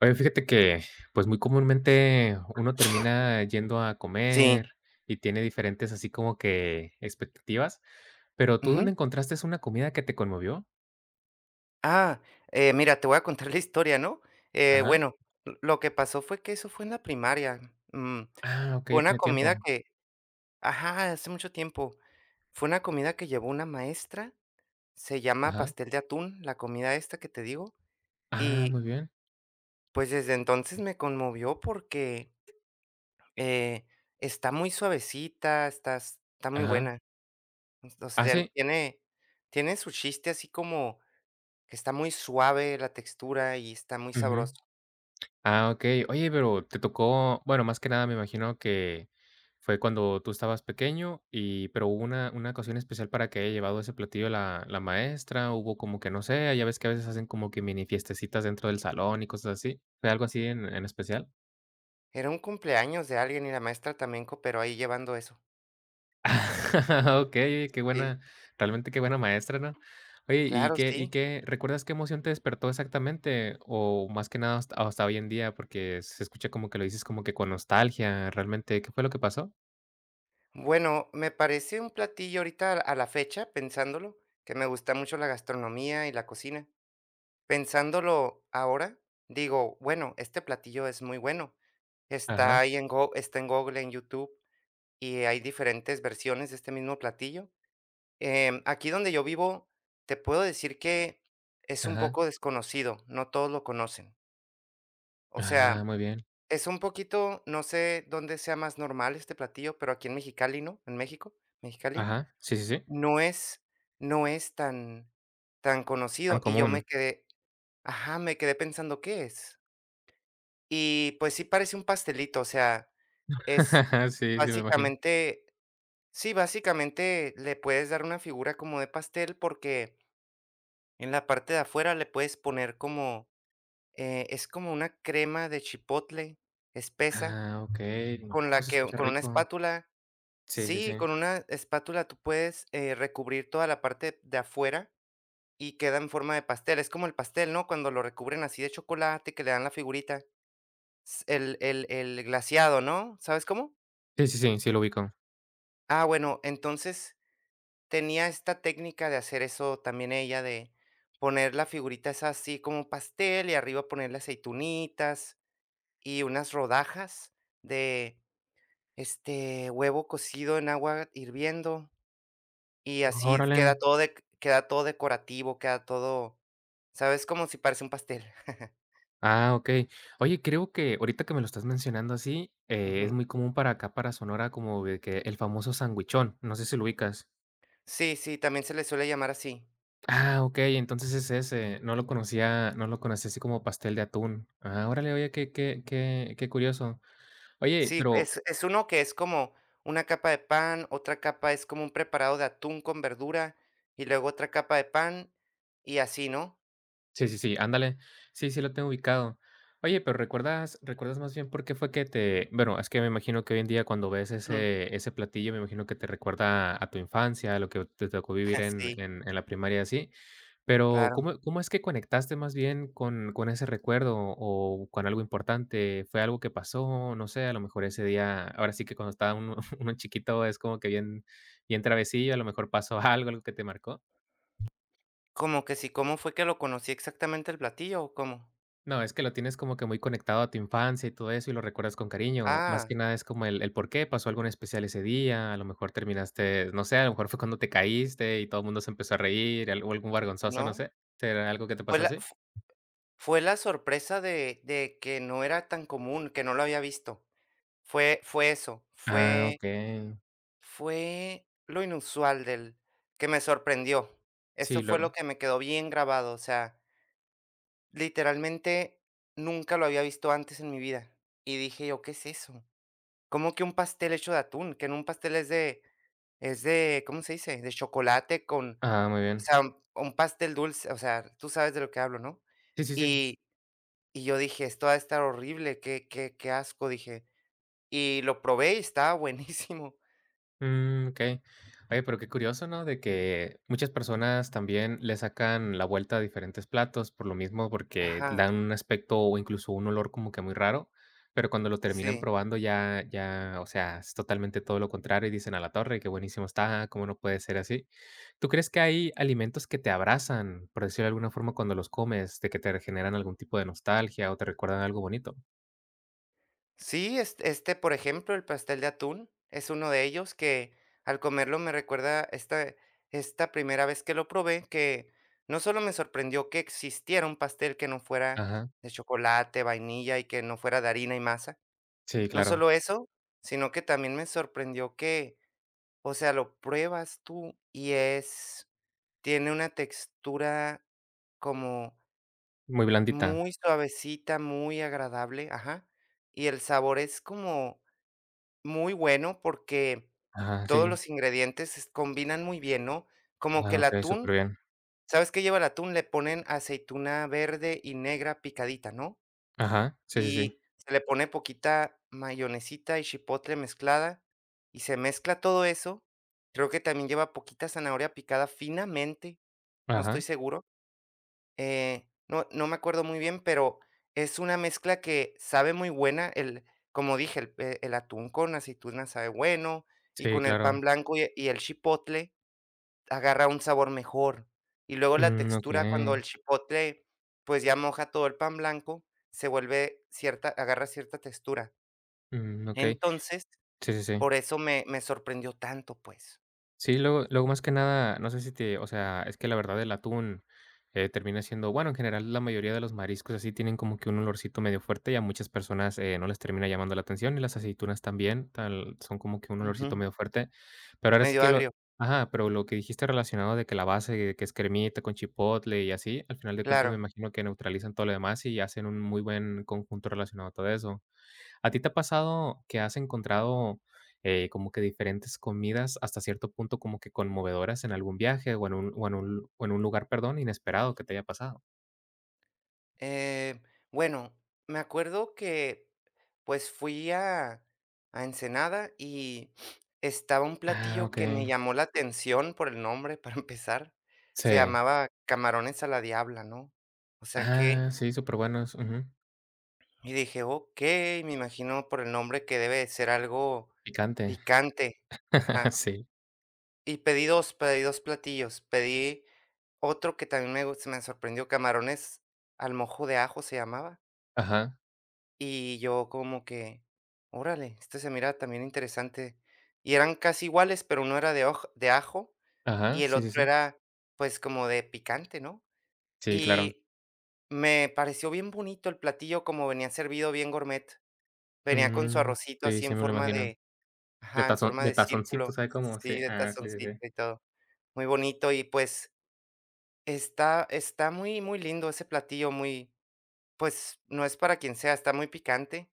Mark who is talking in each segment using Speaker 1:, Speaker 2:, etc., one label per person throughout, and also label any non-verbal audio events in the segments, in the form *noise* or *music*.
Speaker 1: Oye, fíjate que, pues, muy comúnmente uno termina yendo a
Speaker 2: Sí,
Speaker 1: comer y tiene diferentes así como que expectativas, pero, ¿tú
Speaker 2: ujú.
Speaker 1: dónde encontraste es una comida que te conmovió?
Speaker 2: Ah, mira, te voy a contar *laughs* la historia, ¿no?
Speaker 1: Ajá.
Speaker 2: Bueno, l lo que pasó fue que eso fue en la primaria, mm,
Speaker 1: Ah, okey,
Speaker 2: fue
Speaker 1: ya
Speaker 2: una
Speaker 1: tiene
Speaker 2: comida
Speaker 1: tiempo.
Speaker 2: que ajá, hace mucho tiempo. Fue una comida que llevó una maestra, se llama
Speaker 1: Ajá.
Speaker 2: pastel de atún, la comida esta que te digo.
Speaker 1: Ah,
Speaker 2: Y,
Speaker 1: muy bien.
Speaker 2: pues, desde entonces me conmovió porque, eh, está muy suavecita, está muy
Speaker 1: Ajá.
Speaker 2: buena. O
Speaker 1: Ah,
Speaker 2: sea,
Speaker 1: ¿sí?
Speaker 2: tiene su chiste, así como que está muy suave la textura y está muy
Speaker 1: Ujú.
Speaker 2: sabroso.
Speaker 1: Ah, okey. Oye, pero te tocó, bueno, más que nada me imagino que fue cuando tú estabas pequeño y pero hubo una ocasión especial para que haya llevado ese platillo la maestra, hubo como que, no sé, ah, ya ves que a veces hacen como que mini fiestecitas dentro del salón y cosas así, ¿fue algo así en especial?
Speaker 2: Era un cumpleaños de alguien y la maestra también cooperó ahí llevando eso.
Speaker 1: *laughs* Okey, qué
Speaker 2: Sí,
Speaker 1: buena, realmente qué buena maestra, ¿no? Oye,
Speaker 2: claro,
Speaker 1: y
Speaker 2: sí.
Speaker 1: qué recuerdas qué emoción te despertó exactamente? O más que nada hasta hasta hoy en día, porque se escucha como que lo dices como que con nostalgia, ¿realmente qué fue lo que pasó?
Speaker 2: Bueno, me parece un platillo ahorita a la fecha, pensándolo, que me gusta mucho la gastronomía y la cocina. Pensándolo ahora, digo, bueno, este platillo es muy bueno. Está
Speaker 1: Ajá.
Speaker 2: ahí en Go- está en Google, en YouTube, y hay diferentes versiones de este mismo platillo. Aquí donde yo vivo, te puedo decir que es un
Speaker 1: Ajá.
Speaker 2: poco desconocido, no todos lo conocen. O sea,
Speaker 1: Ah, muy bien.
Speaker 2: es un poquito, no sé dónde sea más normal este platillo, pero aquí en Mexicali, ¿no? En México, Mexicali,
Speaker 1: Ajá. Sí, sí, sí.
Speaker 2: no es, no es tan, tan
Speaker 1: Tan
Speaker 2: conocido. Y yo me
Speaker 1: común.
Speaker 2: quedé, ajá, me quedé pensando, ¿qué es? Y pues sí parece un pastelito, o sea, es
Speaker 1: *laughs* Sí, sí, me imagino.
Speaker 2: básicamente, sí, básicamente le puedes dar una figura como de pastel, porque en la parte de afuera le puedes poner como, es como una crema de chipotle espesa
Speaker 1: Ah, okey. No,
Speaker 2: con la
Speaker 1: pues, se
Speaker 2: que,
Speaker 1: escucha
Speaker 2: con una
Speaker 1: rico.
Speaker 2: espátula,
Speaker 1: Sí, sí, sí.
Speaker 2: sí, con una espátula tú puedes, recubrir toda la parte de afuera y queda en forma de pastel. Es como el pastel, ¿no? Cuando lo recubren así de chocolate, que le dan la figurita, s el glaseado, ¿no? ¿Sabes cómo?
Speaker 1: Sí, sí, sí, sí lo ubico.
Speaker 2: Ah, bueno, entonces tenía esta técnica de hacer eso también ella, de poner la figurita esa así como pastel y arriba ponerle aceitunitas, y unas rodajas de huevo cocido en agua hirviendo, y así
Speaker 1: Órale.
Speaker 2: queda todo decorativo, queda todo, ¿sabes? Como si parece un pastel. *laughs*
Speaker 1: Ah, okey. Oye, creo que ahorita que me lo estás mencionando así, es
Speaker 2: Ujú.
Speaker 1: muy común para acá, para Sonora, como de que el famoso sanguichón, no sé si lo ubicas.
Speaker 2: Sí, sí, también se le suele llamar así.
Speaker 1: Ah, okey, entonces es ese, no lo conocía no lo conocía así como pastel de atún. Ah, órale, oye, qué qué qué qué curioso. Oye,
Speaker 2: Sí,
Speaker 1: pero
Speaker 2: es uno que es como una capa de pan, otra capa es como un preparado de atún con verdura, y luego otra capa de pan, y así, ¿no?
Speaker 1: Sí, sí, sí, ándale. Sí, sí lo tengo ubicado. Oye, pero ¿recuerdas más bien por qué fue que te bueno, es que me imagino que hoy en día cuando ves
Speaker 2: Ujú.
Speaker 1: ese platillo, me imagino que te recuerda a tu infancia, a lo que te tocó vivir
Speaker 2: *laughs*
Speaker 1: en
Speaker 2: Sí,
Speaker 1: en la primaria y así, pero,
Speaker 2: claro.
Speaker 1: ¿cómo es que conectaste más bien con ese recuerdo o con algo importante? ¿Fue algo que pasó? No sé, a lo mejor ese día, ahora sí que cuando estaba uno *laughs* uno chiquito es como que bien bien traviesillo, a lo mejor pasó *laughs* algo, algo que te marcó.
Speaker 2: Como que sí. ¿Cómo fue que lo conocí exactamente, el platillo o cómo?
Speaker 1: No, es que lo tienes como que muy conectado a tu infancia y todo eso, y lo recuerdas con cariño. Más
Speaker 2: Ah,
Speaker 1: que nada es como el por qué pasó algo en especial ese día. A lo mejor terminaste, no sé, a lo mejor fue cuando te caíste y todo el mundo se empezó a reír, o algún vergonzoso, no
Speaker 2: ¿no?
Speaker 1: sé. ¿Será algo que te
Speaker 2: Fue
Speaker 1: pasó
Speaker 2: la
Speaker 1: así?
Speaker 2: f fue la sorpresa de que no era tan común, que no lo había visto. Fue eso,
Speaker 1: Ah,
Speaker 2: fue
Speaker 1: ok.
Speaker 2: fue lo inusual del que me sorprendió.
Speaker 1: Sí,
Speaker 2: Eso fue lo
Speaker 1: lo.
Speaker 2: que me quedó bien grabado, o sea, literalmente nunca lo había visto antes en mi vida. Y dije yo: "¿Qué es eso?". ¿Cómo que un pastel hecho de atún? Que en un pastel es de, ¿cómo se dice? De chocolate con,
Speaker 1: Ah, muy
Speaker 2: o
Speaker 1: bien.
Speaker 2: sea, un pastel dulce, o sea, tú sabes de lo que hablo, ¿no?
Speaker 1: Sí, sí, sí.
Speaker 2: Y Y yo dije: "Esto va a estar horrible, qué, qué, qué asco", dije, y lo probé y estaba buenísimo.
Speaker 1: Mm, okey. Oye, pero qué curioso, ¿no? De que muchas personas también le sacan la vuelta a diferentes platos, por lo mismo,
Speaker 2: *laughs*
Speaker 1: porque
Speaker 2: Ajá,
Speaker 1: dan un aspecto o incluso un olor como que muy raro, pero cuando lo terminan
Speaker 2: sí.
Speaker 1: probando ya ya, o sea, es totalmente todo lo contrario y dicen: "A la torre, qué buenísimo está, cómo no puede ser así". ¿Tú crees que hay alimentos que te abrazan, por decirlo de alguna forma, cuando los comes, de que te generan algún tipo de nostalgia o te recuerdan algo bonito?
Speaker 2: Sí, este, por ejemplo, el pastel de atún es uno de ellos que al comerlo me recuerda esta primera vez que lo probé, que no solo me sorprendió que existiera un pastel que no fuera
Speaker 1: Ajá.
Speaker 2: de chocolate, vainilla y que no fuera de harina y masa.
Speaker 1: Sí,
Speaker 2: No
Speaker 1: claro.
Speaker 2: solo eso, sino que también me sorprendió que. O sea, lo pruebas tú y es tiene una textura como
Speaker 1: Muy blandita.
Speaker 2: muy suavecita, muy agradable, ajá, y el sabor es como muy bueno porque
Speaker 1: Ajá,
Speaker 2: todos
Speaker 1: sí.
Speaker 2: los ingredientes es combinan muy bien, ¿no? Como que
Speaker 1: Ah,
Speaker 2: el
Speaker 1: ok,
Speaker 2: atún.
Speaker 1: súper bien.
Speaker 2: ¿Sabes qué lleva el atún? Le ponen aceituna verde y negra picadita, ¿no?
Speaker 1: Ajá, sí, sí, sí.
Speaker 2: Y se le pone poquita mayonesita y chipotle mezclada, y se mezcla todo eso. Creo que también lleva poquita zanahoria picada finamente, no estoy
Speaker 1: Ajá,
Speaker 2: seguro, no me acuerdo muy bien, pero es una mezcla que sabe muy buena. El Como dije, el atún con aceituna sabe bueno, y
Speaker 1: sí,
Speaker 2: con el
Speaker 1: claro.
Speaker 2: pan blanco y el chipotle agarra un sabor mejor. Y luego la
Speaker 1: Mm,
Speaker 2: textura, cuando
Speaker 1: okey,
Speaker 2: el chipotle, pues, ya moja todo el pan blanco, se vuelve cierta agarra cierta textura.
Speaker 1: mm, okey.
Speaker 2: Entonces,
Speaker 1: Sí, sí, sí.
Speaker 2: por eso me sorprendió tanto, pues.
Speaker 1: Sí, luego luego más que nada, no sé si te o sea, es que la verdad el atún, termina siendo bueno, en general la mayoría de los mariscos así tienen como que un olorcito medio fuerte y a muchas personas, no les termina llamando la atención, y las aceitunas también, tal son como que un olorcito
Speaker 2: Ujú.
Speaker 1: medio fuerte, pero ahora sí
Speaker 2: Medio
Speaker 1: que lo
Speaker 2: agrio,
Speaker 1: ajá, pero lo que dijiste relacionado de que la base, de que es cremita con chipotle y así, al final de cuentas me
Speaker 2: claro.
Speaker 1: imagino que neutralizan todo lo demás y hacen un muy buen conjunto relacionado a todo eso. ¿A ti te ha pasado que has encontrado, como que diferentes comidas hasta cierto punto como que conmovedoras en algún viaje o en un o en un o en un lugar, perdón, inesperado que te haya pasado?
Speaker 2: Eh, bueno, me acuerdo que, pues, fui a Ensenada y estaba un
Speaker 1: Ah,
Speaker 2: platillo que me
Speaker 1: okey.
Speaker 2: llamó la atención por el nombre, *laughs* para empezar. Se
Speaker 1: Sí.
Speaker 2: llamaba camarones a la diabla, ¿no? O sea que.
Speaker 1: Ah, sí, superbuenos. Ujú.
Speaker 2: Y dije: "Ok, me imagino por el nombre que debe de ser algo
Speaker 1: Picante.
Speaker 2: picante.
Speaker 1: *laughs*
Speaker 2: Ajá".
Speaker 1: Sí.
Speaker 2: Y pedí dos platillos. Pedí otro que también me sorprendió, camarones al mojo de ajo se llamaba.
Speaker 1: Ajá,
Speaker 2: Y yo como que: "Órale, este se mira también interesante". Y eran casi iguales, pero uno era de hoj de ajo y
Speaker 1: ajá.
Speaker 2: el
Speaker 1: Sí, sí,
Speaker 2: otro
Speaker 1: sí.
Speaker 2: era, pues, como de picante, ¿no?
Speaker 1: Sí, claro.
Speaker 2: Y me pareció bien bonito el platillo, como venía servido bien gourmet. Venía con su
Speaker 1: Mm,
Speaker 2: arrocito
Speaker 1: sí,
Speaker 2: así
Speaker 1: sí
Speaker 2: en
Speaker 1: me lo
Speaker 2: forma
Speaker 1: imagino.
Speaker 2: de,
Speaker 1: De
Speaker 2: ajá, en
Speaker 1: tazón
Speaker 2: forma
Speaker 1: de
Speaker 2: de
Speaker 1: tazoncito,
Speaker 2: círculo,
Speaker 1: ¿sabe cómo? Sí.
Speaker 2: sí, de
Speaker 1: Ah, sí, sí,
Speaker 2: tazoncito
Speaker 1: sí.
Speaker 2: y todo, muy bonito y, pues, está muy muy lindo ese platillo, muy, pues, no es para quien sea, está muy picante.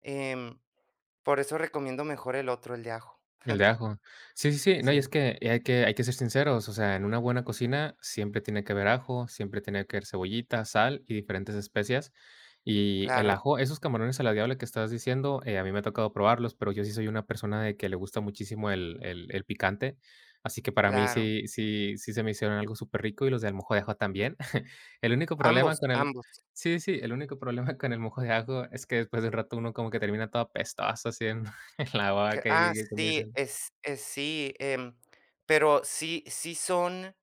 Speaker 2: em, por eso recomiendo mejor el otro, el de ajo,
Speaker 1: El de ajo. Sí, sí, sí. No, y es
Speaker 2: sí,
Speaker 1: que hay que hay que ser sinceros, o sea, en una buena cocina siempre tiene que haber ajo, siempre tiene que haber cebollita, sal y diferentes especias. Y el
Speaker 2: claro,
Speaker 1: ajo, esos camarones a la diabla que estabas diciendo, a mí me ha tocado probarlos, pero yo sí soy una persona de que le gusta muchísimo el picante, así que para mí
Speaker 2: claro,
Speaker 1: sí sí sí se me hicieron algo súper rico y los del mojo de ajo también. *laughs* El único problema
Speaker 2: ambos,
Speaker 1: con el
Speaker 2: ambos,
Speaker 1: sí, sí, el único problema con el mojo de ajo es que después de un rato uno como que termina todo apestoso, así en *laughs* en la
Speaker 2: que
Speaker 1: boca
Speaker 2: ah,
Speaker 1: y que te
Speaker 2: sí,
Speaker 1: dicen.
Speaker 2: es sí, pero sí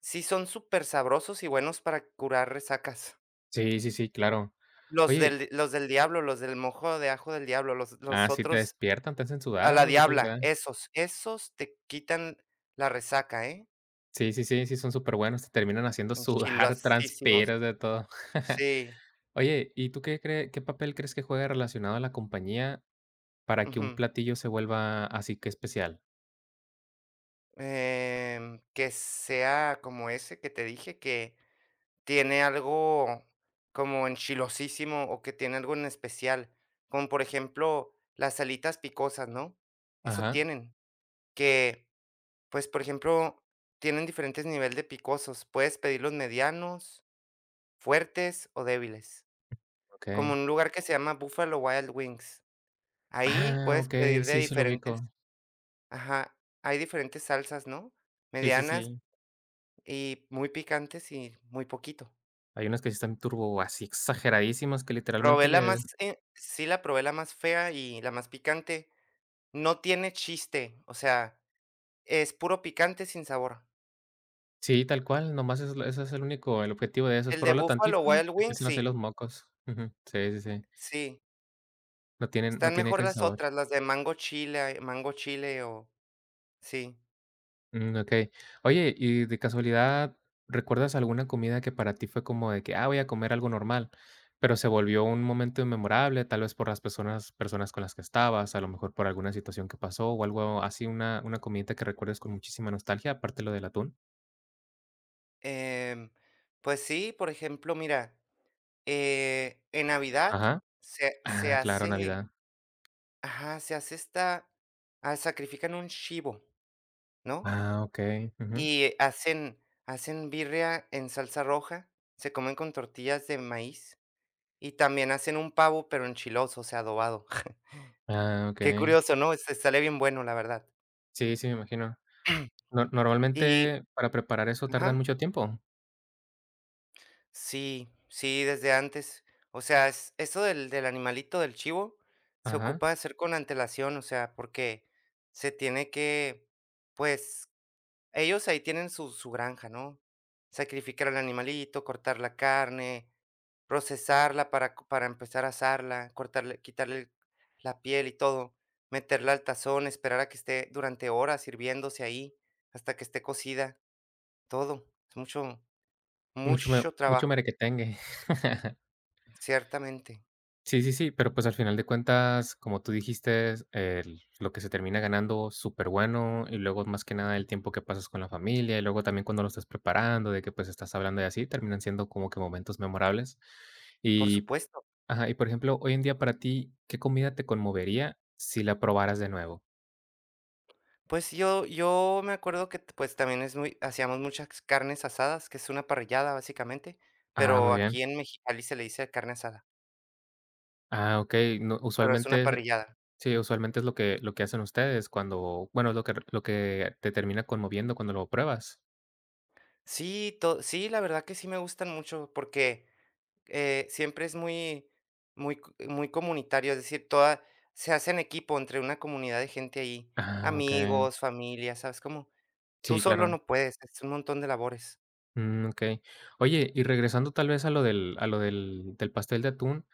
Speaker 2: sí son súper sabrosos y buenos para curar resacas.
Speaker 1: Sí, sí, sí, claro.
Speaker 2: Los
Speaker 1: Oye,
Speaker 2: del los del diablo, los del mojo de ajo del diablo, los
Speaker 1: ah,
Speaker 2: los
Speaker 1: sí te
Speaker 2: otros
Speaker 1: despiertan, te hacen
Speaker 2: a
Speaker 1: sudar, a
Speaker 2: la
Speaker 1: eso es todo lo que
Speaker 2: diabla,
Speaker 1: da.
Speaker 2: esos, esos te quitan la resaca, ¿eh?
Speaker 1: Sí, sí, sí, sí, son súper buenos, te terminan haciendo sudar, *laughs*
Speaker 2: Enchiladísimos.
Speaker 1: transpiras, de todo. *laughs*
Speaker 2: Sí,
Speaker 1: Oye, ¿y tú qué cree qué papel crees que juega relacionado a la compañía para que un
Speaker 2: ujú.
Speaker 1: platillo se vuelva así que especial?
Speaker 2: Que sea como ese que te dije, que tiene algo como enchilosísimo, o que tiene algo en especial, como por ejemplo, las alitas picosas, ¿no? Eso
Speaker 1: Ajá,
Speaker 2: tienen, que pues, por ejemplo, tienen diferentes nivel de picosos. Puedes pedirlos medianos, fuertes o débiles. Como
Speaker 1: okey.
Speaker 2: en un lugar que se llama Buffalo Wild Wings. Ahí
Speaker 1: Ah,
Speaker 2: puedes
Speaker 1: okey,
Speaker 2: pedir de
Speaker 1: sí, sí lo
Speaker 2: diferentes,
Speaker 1: ubico.
Speaker 2: ajá, hay diferentes salsas, ¿no?
Speaker 1: Sí, sí,
Speaker 2: Medianas
Speaker 1: sí.
Speaker 2: y muy picantes y muy poquito.
Speaker 1: Hay unos que sí están turbo así exageradísimos que
Speaker 2: Probé
Speaker 1: literalmente
Speaker 2: la
Speaker 1: le
Speaker 2: más, eh, sí, la probé la más fea y la más picante. No tiene chiste, o sea, es puro picante sin sabor.
Speaker 1: sí, tal cual, nomás es ese es el único el objetivo de eso, es
Speaker 2: El de
Speaker 1: probarlo
Speaker 2: Buffalo
Speaker 1: tantito,
Speaker 2: Wild
Speaker 1: te
Speaker 2: Wings,
Speaker 1: empiezan a hacer
Speaker 2: sí,
Speaker 1: los mocos. Ujú. Sí, sí, sí.
Speaker 2: sí.
Speaker 1: No tienen no
Speaker 2: Están
Speaker 1: tiene
Speaker 2: mejor
Speaker 1: casi
Speaker 2: las
Speaker 1: sabor.
Speaker 2: otras, las de mango chile o sí.
Speaker 1: Mm, okey. Oye, y de casualidad, ¿recuerdas alguna comida que para ti fue como de que, ah, voy a comer algo normal, pero se volvió un momento memorable, tal vez por las personas con las que estabas, a lo mejor por alguna situación que pasó o algo así, una comidita que recuerdes con muchísima nostalgia, aparte lo del atún?
Speaker 2: Em, pues sí, por ejemplo, mira, en Navidad
Speaker 1: Ajá.
Speaker 2: se
Speaker 1: Ah, claro,
Speaker 2: hace,
Speaker 1: Navidad.
Speaker 2: ajá, se hace esta, sacrifican un chivo, ¿no?
Speaker 1: Ah, okey. Ujú.
Speaker 2: Y hacen birria en salsa roja, se comen con tortillas de maíz y también hacen un pavo, pero enchiloso, o sea, adobado. *laughs*
Speaker 1: Ah,
Speaker 2: Qué
Speaker 1: okey.
Speaker 2: curioso, ¿no? Se sale bien bueno, la verdad.
Speaker 1: Sí, sí, me imagino. No
Speaker 2: Y
Speaker 1: normalmente, para preparar eso tardan
Speaker 2: ajá.
Speaker 1: mucho tiempo.
Speaker 2: Sí, sí, desde antes. O sea, es eso del animalito, del chivo, se
Speaker 1: Ajá.
Speaker 2: ocupa de hacer con antelación, o sea, porque se tiene que, pues, ellos ahí tienen su granja, ¿no? Sacrificar al animalito, cortar la carne, procesarla para co para empezar a asarla, cortarle quitarle la piel y todo, meterla al tazón, esperar a que esté durante horas hirviéndose ahí, hasta que esté cocida, todo. Es mucho,
Speaker 1: Mucho me
Speaker 2: mucho
Speaker 1: mucho
Speaker 2: trabajo,
Speaker 1: merequetengue. *laughs*
Speaker 2: ciertamente.
Speaker 1: Sí, sí, sí, pero pues al final de cuentas, como tú dijiste, el lo que se termina ganando, súper bueno. Y luego más que nada el tiempo que pasas con la familia, y luego también cuando lo estás preparando, de que pues estás hablando y así, terminan siendo como que momentos memorables.
Speaker 2: Por
Speaker 1: Y,
Speaker 2: supuesto.
Speaker 1: ajá, y por ejemplo, hoy en día para ti, ¿qué comida te conmovería si la probaras de nuevo?
Speaker 2: Pues yo me acuerdo que, pues, también es muy hacíamos muchas carnes asadas, que es una parrillada, básicamente,
Speaker 1: Ah,
Speaker 2: pero
Speaker 1: muy bien.
Speaker 2: aquí en Mexicali se le dice carne asada,
Speaker 1: Ah, okey. No,
Speaker 2: pero es una
Speaker 1: usualmente
Speaker 2: parrillada.
Speaker 1: sí, usualmente es lo que hacen ustedes cuando bueno, es lo que te termina conmoviendo cuando lo pruebas.
Speaker 2: Sí, to sí, la verdad que sí me gustan mucho porque, siempre es muy muy co muy comunitario, es decir, toda se hace en equipo entre una comunidad de gente ahí,
Speaker 1: Ah, okey.
Speaker 2: amigos, familia, ¿sabes cómo? Tú
Speaker 1: Sí,
Speaker 2: solo
Speaker 1: claro.
Speaker 2: no puedes, es un montón de labores.
Speaker 1: Mm, okey. Oye, y regresando tal vez a lo del a lo del pastel de atún,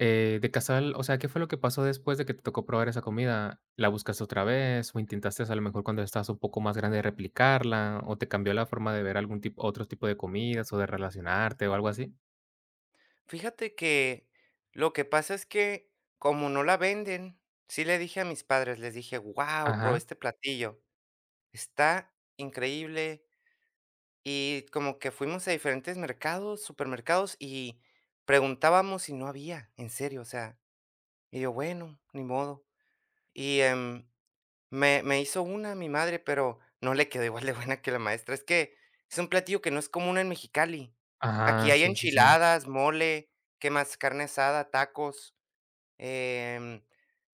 Speaker 1: de Casal, o sea, ¿qué fue lo que pasó después de que te tocó probar esa comida? ¿La buscaste otra vez o intentaste, a lo mejor, cuando estabas un poco más grande, replicarla o te cambió la forma de ver algún tipo otro tipo de comidas o de relacionarte o algo así?
Speaker 2: Fíjate que lo que pasa es que, como no la venden, sí le dije a mis padres, les dije: "Guau, probé
Speaker 1: Ajá,
Speaker 2: este platillo, está increíble". Y como que fuimos a diferentes mercados, supermercados, y preguntábamos y no había, en serio, o sea, y yo: "Bueno, ni modo". Y, me hizo una mi madre, pero no le quedó igual de buena que la maestra. Es que es un platillo que no es común en Mexicali. Aquí
Speaker 1: ajá,
Speaker 2: hay
Speaker 1: sí, sí, sí.
Speaker 2: enchiladas, mole, ¿qué más? Carne asada, tacos. Em,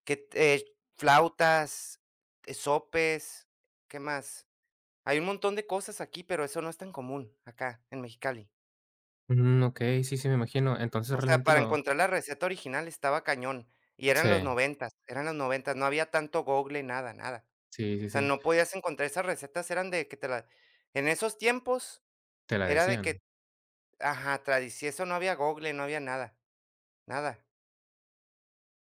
Speaker 2: que, eh, flautas, sopes, ¿qué más? Hay un montón de cosas aquí, pero eso no es tan común acá en Mexicali.
Speaker 1: Mm, okey, sí, sí, me imagino. Entonces,
Speaker 2: O sea,
Speaker 1: realmente
Speaker 2: para
Speaker 1: lo
Speaker 2: encontrar la receta original estaba cañón, y eran
Speaker 1: sí,
Speaker 2: los 90, eran los 90, no había tanto Google, nada, nada.
Speaker 1: sí,
Speaker 2: O
Speaker 1: sí,
Speaker 2: sea,
Speaker 1: sí,
Speaker 2: no podías encontrar esas recetas, eran de que te la, en esos tiempos
Speaker 1: te la
Speaker 2: era de que,
Speaker 1: decían.
Speaker 2: ajá, tradición. Eso, no había Google, no había nada, nada,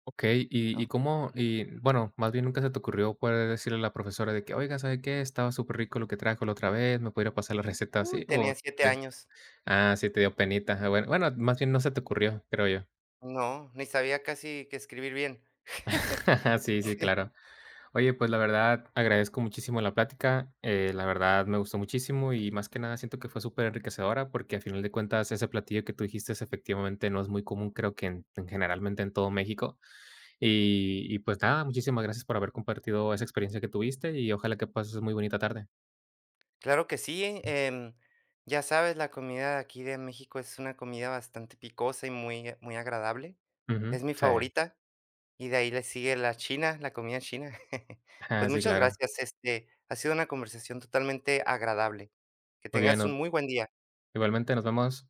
Speaker 1: Okey,
Speaker 2: no.
Speaker 1: y cómo y bueno, más bien nunca se te ocurrió poder decirle a la profesora de que: "Oiga, ¿sabe qué? Estaba súper rico lo que trajo la otra vez, ¿me podría pasar la receta
Speaker 2: Uy,
Speaker 1: así?" O
Speaker 2: tenía 7
Speaker 1: eh,
Speaker 2: años.
Speaker 1: ah, sí te dio penita. Ah, bueno bueno, más bien no se te ocurrió, creo yo.
Speaker 2: No, ni sabía casi que escribir bien. *laughs*
Speaker 1: *laughs* Sí, sí, claro. Oye, pues la verdad agradezco muchísimo la plática, la verdad me gustó muchísimo y más que nada siento que fue súper enriquecedora porque a final de cuentas ese platillo que tú dijiste es efectivamente no es muy común, creo que en generalmente en todo México. Y pues nada, muchísimas gracias por haber compartido esa experiencia que tuviste y ojalá que pases muy bonita tarde.
Speaker 2: Claro que sí, ya sabes, la comida de aquí de México es una comida bastante picosa y muy, muy agradable.
Speaker 1: Ujú,
Speaker 2: Es mi
Speaker 1: sí,
Speaker 2: favorita y de ahí le sigue la china, la comida china. *laughs*
Speaker 1: *laughs*
Speaker 2: Pues
Speaker 1: sí,
Speaker 2: muchas
Speaker 1: claro.
Speaker 2: gracias, ha sido una conversación totalmente agradable. Que
Speaker 1: Muy bien,
Speaker 2: tengas un
Speaker 1: nos-
Speaker 2: muy buen día.
Speaker 1: igualmente nos vemos.